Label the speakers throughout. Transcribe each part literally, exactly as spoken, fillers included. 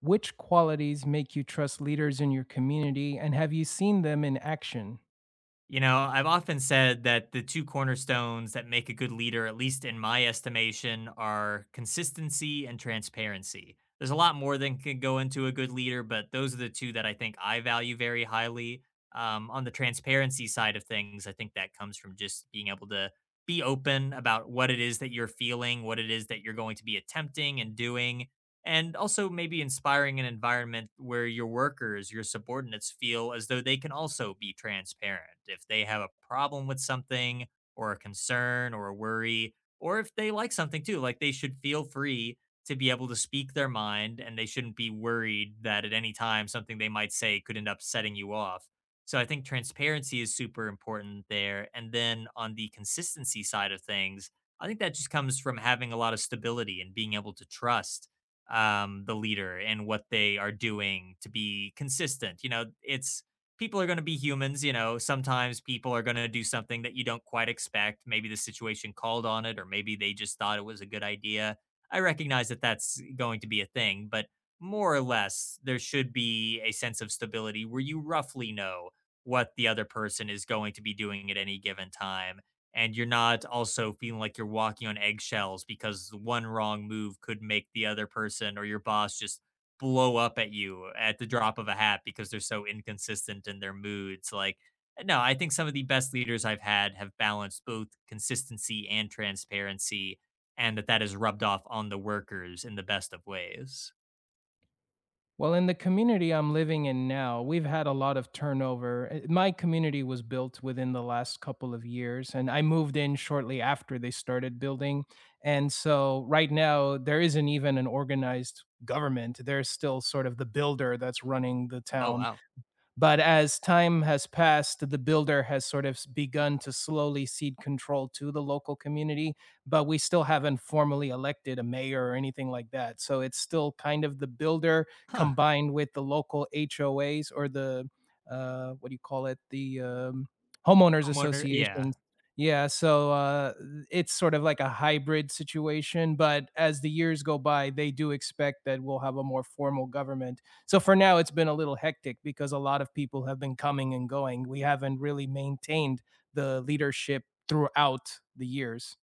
Speaker 1: Which qualities make you trust leaders in your community, and have you seen them in action?
Speaker 2: You know, I've often said that the two cornerstones that make a good leader, at least in my estimation, are consistency and transparency. There's a lot more than can go into a good leader, but those are the two that I think I value very highly. Um, on the transparency side of things, I think that comes from just being able to be open about what it is that you're feeling, what it is that you're going to be attempting and doing, and also maybe inspiring an environment where your workers, your subordinates feel as though they can also be transparent. If they have a problem with something or a concern or a worry, or if they like something too, like they should feel free to be able to speak their mind and they shouldn't be worried that at any time something they might say could end up setting you off. So I think transparency is super important there. And then on the consistency side of things, I think that just comes from having a lot of stability and being able to trust um, the leader and what they are doing to be consistent. You know, it's people are going to be humans. You know, sometimes people are going to do something that you don't quite expect. Maybe the situation called on it, or maybe they just thought it was a good idea. I recognize that that's going to be a thing, but more or less, there should be a sense of stability where you roughly know what the other person is going to be doing at any given time and you're not also feeling like you're walking on eggshells because the one wrong move could make the other person or your boss just blow up at you at the drop of a hat because they're so inconsistent in their moods. Like, no, I think some of the best leaders I've had have balanced both consistency and transparency, and that that is rubbed off on the workers in the best of ways.
Speaker 1: Well, in the community I'm living in now, we've had a lot of turnover. Uh, My community was built within the last couple of years, and I moved in shortly after they started building. And so, right now, there isn't even an organized government. There's still sort of the builder that's running the
Speaker 2: Oh,
Speaker 1: town.
Speaker 2: wow.
Speaker 1: But as time has passed, the builder has sort of begun to slowly cede control to the local community, but we still haven't formally elected a mayor or anything like that. So it's still kind of the builder
Speaker 2: Huh.
Speaker 1: combined with the local H O Ays or the uh, what do you call it? The um, Homeowners
Speaker 2: Homeowner. Yeah.
Speaker 1: associations. Yeah, so uh, it's sort of like a hybrid situation, but as the years go by, they do expect that we'll have a more formal government, so for now, it's been a little hectic because a lot of people have been coming and going. We haven't really maintained the leadership throughout the years.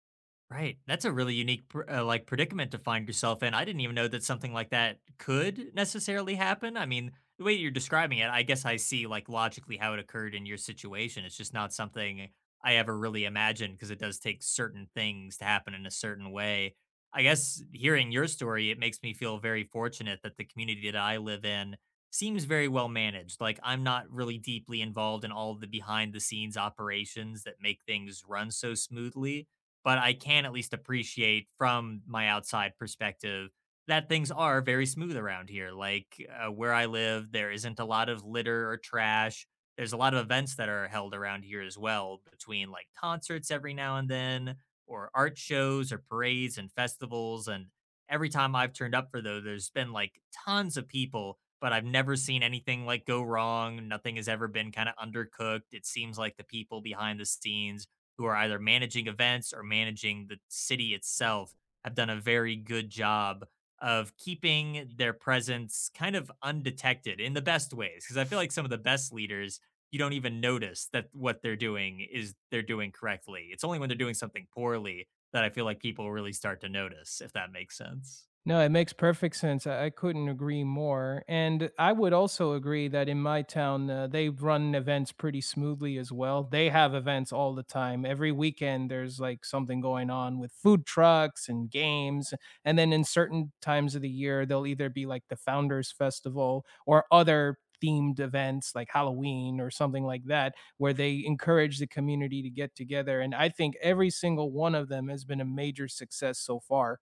Speaker 2: Right. That's a really unique, pr- uh, like, predicament to find yourself in. I didn't even know that something like that could necessarily happen. I mean, the way you're describing it, I guess I see, like, logically how it occurred in your situation. It's just not something I ever really imagined because it does take certain things to happen in a certain way. I guess hearing your story, it makes me feel very fortunate that the community that I live in seems very well managed. Like, I'm not really deeply involved in all of the behind the scenes operations that make things run so smoothly, but I can at least appreciate from my outside perspective that things are very smooth around here. Like uh, where I live, there isn't a lot of litter or trash. There's a lot of events that are held around here as well, between like concerts every now and then, or art shows, or parades and festivals. And every time I've turned up for those, there's been like tons of people, but I've never seen anything like go wrong. Nothing has ever been kind of undercooked. It seems like the people behind the scenes who are either managing events or managing the city itself have done a very good job of keeping their presence kind of undetected in the best ways, because I feel like some of the best leaders, you don't even notice that what they're doing is they're doing correctly. It's only when they're doing something poorly that I feel like people really start to notice, if that makes sense.
Speaker 1: No, it makes perfect sense. I, I couldn't agree more. And I would also agree that in my town, uh, they run events pretty smoothly as well. They have events all the time. Every weekend, there's like something going on with food trucks and games. And then in certain times of the year, they'll either be like the Founders Festival or other themed events like Halloween or something like that, where they encourage the community to get together. And I think every single one of them has been a major success so far.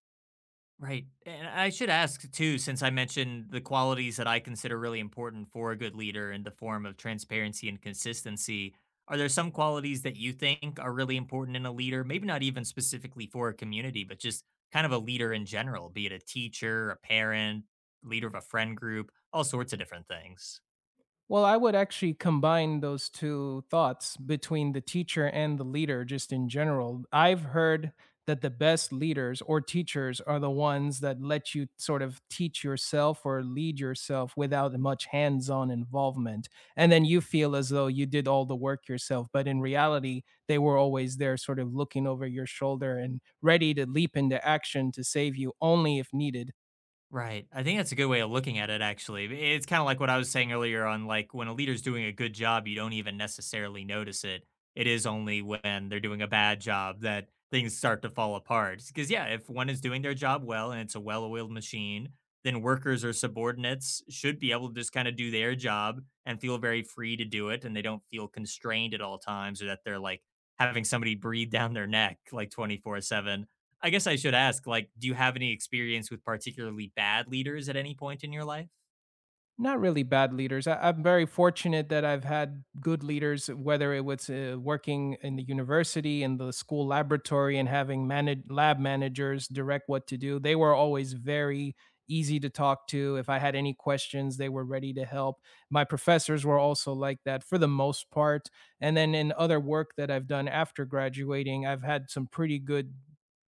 Speaker 2: Right. And I should ask too, since I mentioned the qualities that I consider really important for a good leader in the form of transparency and consistency, are there some qualities that you think are really important in a leader? Maybe not even specifically for a community, but just kind of a leader in general, be it a teacher, a parent, leader of a friend group, all sorts of different things.
Speaker 1: Well, I would actually combine those two thoughts between the teacher and the leader, just in general. I've heard that the best leaders or teachers are the ones that let you sort of teach yourself or lead yourself without much hands on involvement. And then you feel as though you did all the work yourself. But in reality, they were always there, sort of looking over your shoulder and ready to leap into action to save you only if needed.
Speaker 2: Right. I think that's a good way of looking at it, actually. It's kind of like what I was saying earlier on, like when a leader's doing a good job, you don't even necessarily notice it. It is only when they're doing a bad job that things start to fall apart. Because, yeah, if one is doing their job well and it's a well oiled machine, then workers or subordinates should be able to just kind of do their job and feel very free to do it. And they don't feel constrained at all times or that they're like having somebody breathe down their neck like twenty four seven. I guess I should ask, like, do you have any experience with particularly bad leaders at any point in your life?
Speaker 1: Not really bad leaders. I, I'm very fortunate that I've had good leaders, whether it was uh, working in the university, in the school laboratory, and having manage, lab managers direct what to do. They were always very easy to talk to. If I had any questions, they were ready to help. My professors were also like that for the most part. And then in other work that I've done after graduating, I've had some pretty good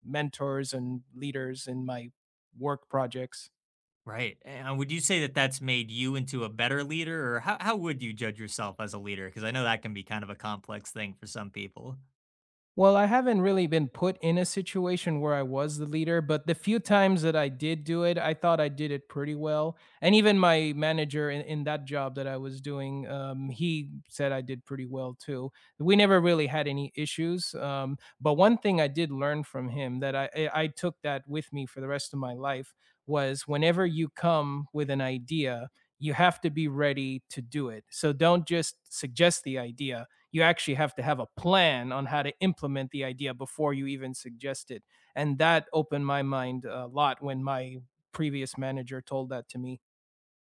Speaker 1: mentors and leaders in my work projects.
Speaker 2: Right. And would you say that that's made you into a better leader, or how how would you judge yourself as a leader? Because I know that can be kind of a complex thing for some people.
Speaker 1: Well, I haven't really been put in a situation where I was the leader, but the few times that I did do it, I thought I did it pretty well. And even my manager in, in that job that I was doing, um, he said I did pretty well too. We never really had any issues. Um, but one thing I did learn from him that I, I I took that with me for the rest of my life was whenever you come with an idea, you have to be ready to do it. So don't just suggest the idea, you actually have to have a plan on how to implement the idea before you even suggest it. And that opened my mind a lot when my previous manager told that to me.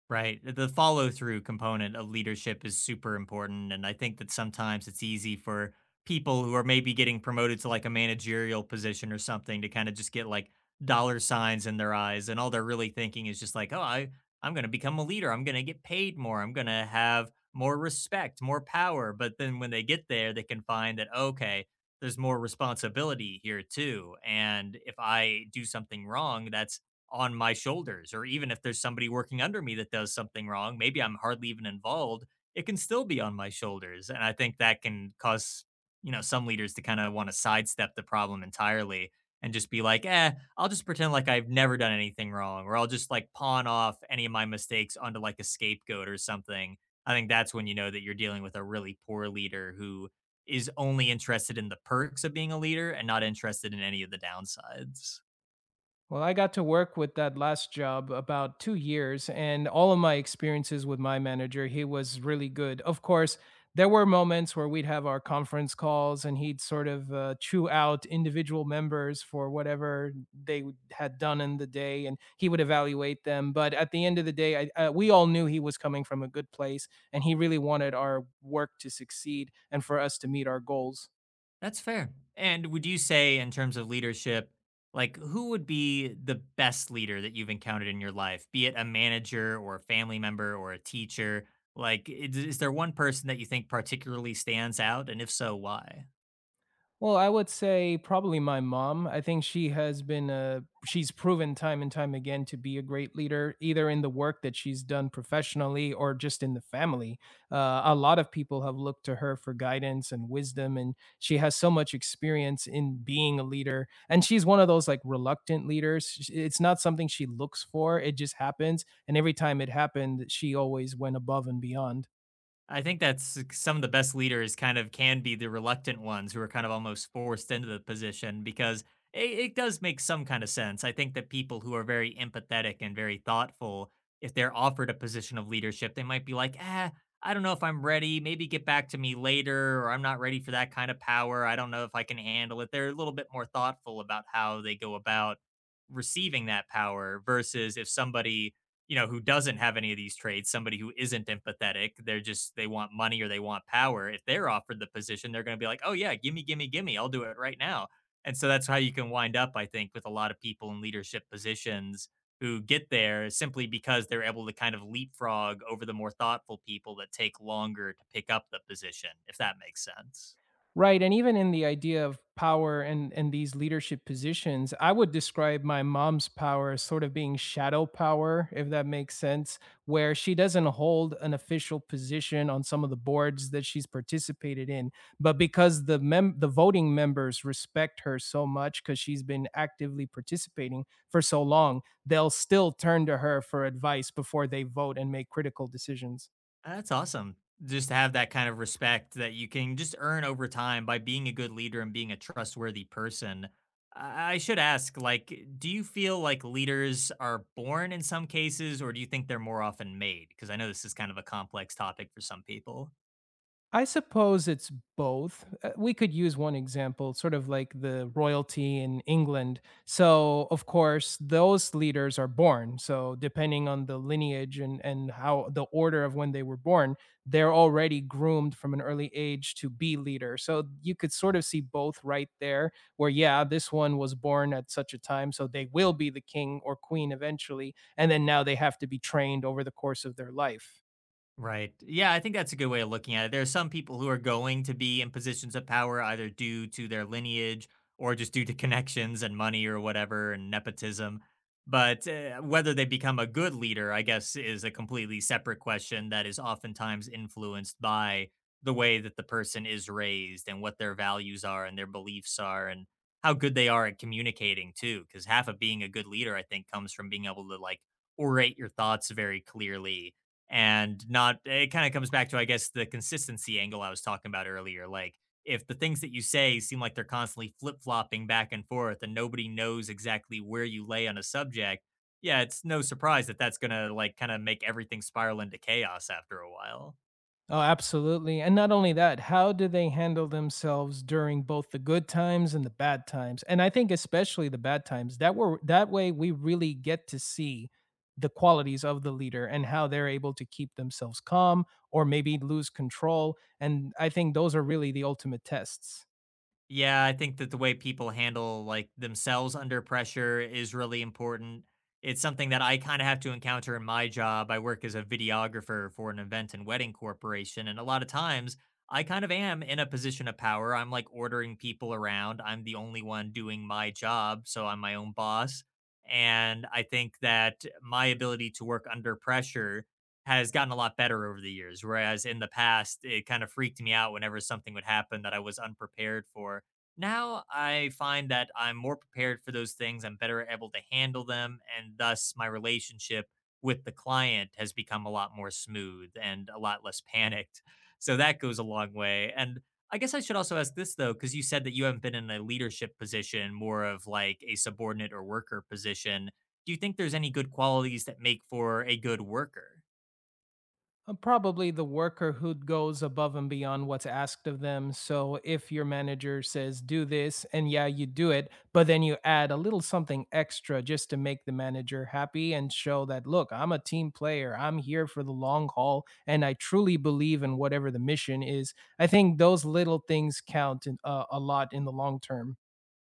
Speaker 2: Right. The follow-through component of leadership is super important, and I think that sometimes it's easy for people who are maybe getting promoted to, like, a managerial position or something to kinda just get, like, dollar signs in their eyes, and all they're really thinking is just like, "Oh, I I'm gonna become a leader, I'm gonna get paid more, I'm gonna have more respect, more power," but then when they get there, they can find that, "Okay, there's more responsibility here too, and if I do something wrong, that's on my shoulders. Or even if there's somebody working under me that does something wrong, maybe I'm hardly even involved, it can still be on my shoulders. And I think that can cause, you know, some leaders to kind of want to sidestep the problem entirely and just be like, eh, I'll just pretend like I've never done anything wrong, or I'll just like pawn off any of my mistakes onto like a scapegoat or something. I think that's when you know that you're dealing with a really poor leader, who is only interested in the perks of being a leader and not interested in any of the downsides."
Speaker 1: Well, I got to work with that last job about two years, and all of my experiences with my manager, he was really good. Of course, there were moments where we'd have our conference calls and he'd sort of uh, chew out individual members for whatever they w- had done in the day and he would evaluate them. But at the end of the day, I, uh, we all knew he was coming from a good place and he really wanted our work to succeed and for us to meet our goals.
Speaker 2: That's fair. And would you say, in terms of leadership, like who would be the best leader that you've encountered in your life, be it a manager or a family member or a teacher? Like, is, is there one person that you think particularly stands out? And if so, why?
Speaker 1: Well, I would say probably my mom. I think she has been uh she's proven time and time again to be a great leader, either in the work that she's done professionally or just in the family. Uh, a lot of people have looked to her for guidance and wisdom, and she has so much experience in being a leader. And she's one of those like reluctant leaders. Sh- It's not something she looks for; it just happens. And every time it happened, she always went above and beyond.
Speaker 2: I think that's some of the best leaders kind of can be the reluctant ones who are kind of almost forced into the position, because it, it does make some kind of sense. I think that people who are very empathetic and very thoughtful, if they're offered a position of leadership, they might be like, ah, I don't know if I'm ready. Maybe get back to me later, or I'm not ready for that kind of power. I don't know if I can handle it. They're a little bit more thoughtful about how they go about receiving that power versus if somebody, you know, who doesn't have any of these traits, somebody who isn't empathetic, they're just they want money or they want power. If they're offered the position, they're going to be like, "Oh yeah, gimme, gimme, gimme! I'll do it right now." And so that's how you can wind up, I think, with a lot of people in leadership positions who get there simply because they're able to kind of leapfrog over the more thoughtful people that take longer to pick up the position, if that makes sense.
Speaker 1: Right, and even in the idea of power and and these leadership positions, I would describe my mom's power as sort of being shadow power, if that makes sense, where she doesn't hold an official position on some of the boards that she's participated in, but because the mem- the voting members respect her so much cuz she's been actively participating for so long, they'll still turn to her for advice before they vote and make critical decisions.
Speaker 2: Uh, That's awesome. Just to have that kind of respect that you can just earn over time by being a good leader and being a trustworthy person. I I should ask, like, do you feel like leaders are born in some cases, or do you think they're more often made? Because I know this is kind of a complex topic for some people.
Speaker 1: I suppose it's both. Uh, We could use one example, sort of like the royalty in England. So, of course, those leaders are born. So, depending on the lineage and, and how the order of when they were born, they're already groomed from an early age to be leader. So, you could sort of see both right there, where, yeah, this one was born at such a time. So, they will be the king or queen eventually. And then now they have to be trained over the course of their life.
Speaker 2: Right. Yeah, I think that's a good way of looking at it. There are some people who are going to be in positions of power either due to their lineage or just due to connections and money or whatever, and nepotism. But uh, whether they become a good leader, I guess, is a completely separate question that is oftentimes influenced by the way that the person is raised and what their values are and their beliefs are, and how good they are at communicating too. Because half of being a good leader, I think, comes from being able to like orate your thoughts very clearly. And not, it kind of comes back to, I guess, the consistency angle I was talking about earlier. Like if the things that you say seem like they're constantly flip-flopping back and forth and nobody knows exactly where you lay on a subject, yeah, it's no surprise that that's going to like kind of make everything spiral into chaos after a while.
Speaker 1: Oh, absolutely. And not only that, how do they handle themselves during both the good times and the bad times? And I think especially the bad times. That were that way we really get to see the qualities of the leader and how they're able to keep themselves calm or maybe lose control. And I think those are really the ultimate tests.
Speaker 2: Yeah, I think that the way people handle like themselves under pressure is really important. It's something that I kind of have to encounter in my job. I work as a videographer for an event and wedding corporation, and a lot of times I kind of am in a position of power. I'm like ordering people around. I'm the only one doing my job, so I'm my own boss. And I think that my ability to work under pressure has gotten a lot better over the years. Whereas in the past, it kind of freaked me out whenever something would happen that I was unprepared for. Now I find that I'm more prepared for those things. I'm better able to handle them. And thus, my relationship with the client has become a lot more smooth and a lot less panicked. So that goes a long way. And I guess I should also ask this though, because you said that you haven't been in a leadership position, more of like a subordinate or worker position. Do you think there's any good qualities that make for a good worker?
Speaker 1: Uh, Probably the worker who goes above and beyond what's asked of them. So if your manager says, do this, and yeah, you do it, but then you add a little something extra just to make the manager happy and show that, look, I'm a team player. I'm here for the long haul. And I truly believe in whatever the mission is. I think those little things count in, uh, a lot in the long term.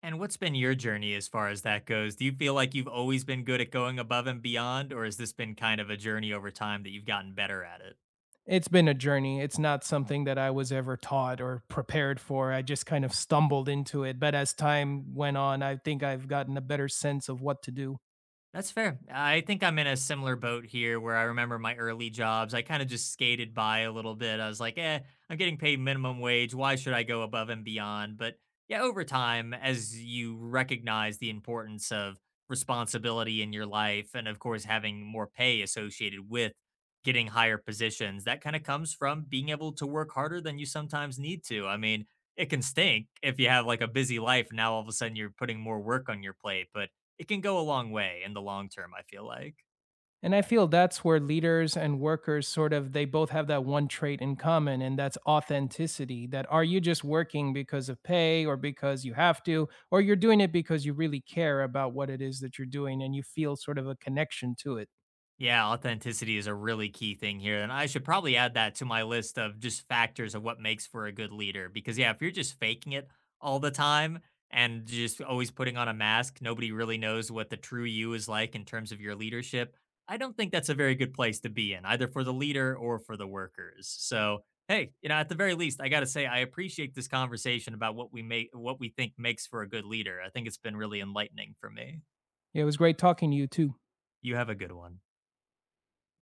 Speaker 2: And what's been your journey as far as that goes? Do you feel like you've always been good at going above and beyond, or has this been kind of a journey over time that you've gotten better at it?
Speaker 1: It's been a journey. It's not something that I was ever taught or prepared for. I just kind of stumbled into it. But as time went on, I think I've gotten a better sense of what to do.
Speaker 2: That's fair. I think I'm in a similar boat here where I remember my early jobs. I kind of just skated by a little bit. I was like, eh, I'm getting paid minimum wage. Why should I go above and beyond? But yeah, over time, as you recognize the importance of responsibility in your life, and of course, having more pay associated with getting higher positions, that kind of comes from being able to work harder than you sometimes need to. I mean, it can stink if you have like a busy life and now all of a sudden you're putting more work on your plate. But it can go a long way in the long term, I feel like.
Speaker 1: And I feel that's where leaders and workers sort of they both have that one trait in common and that's authenticity. That are you just working because of pay or because you have to or you're doing it because you really care about what it is that you're doing and you feel sort of a connection to it.
Speaker 2: Yeah, authenticity is a really key thing here. And I should probably add that to my list of just factors of what makes for a good leader. Because, yeah, if you're just faking it all the time and just always putting on a mask, nobody really knows what the true you is like in terms of your leadership. I don't think that's a very good place to be in, either for the leader or for the workers. So, hey, you know, at the very least, I got to say, I appreciate this conversation about what we make, what we think makes for a good leader. I think it's been really enlightening for me.
Speaker 1: Yeah, it was great talking to you too.
Speaker 2: You have a good one.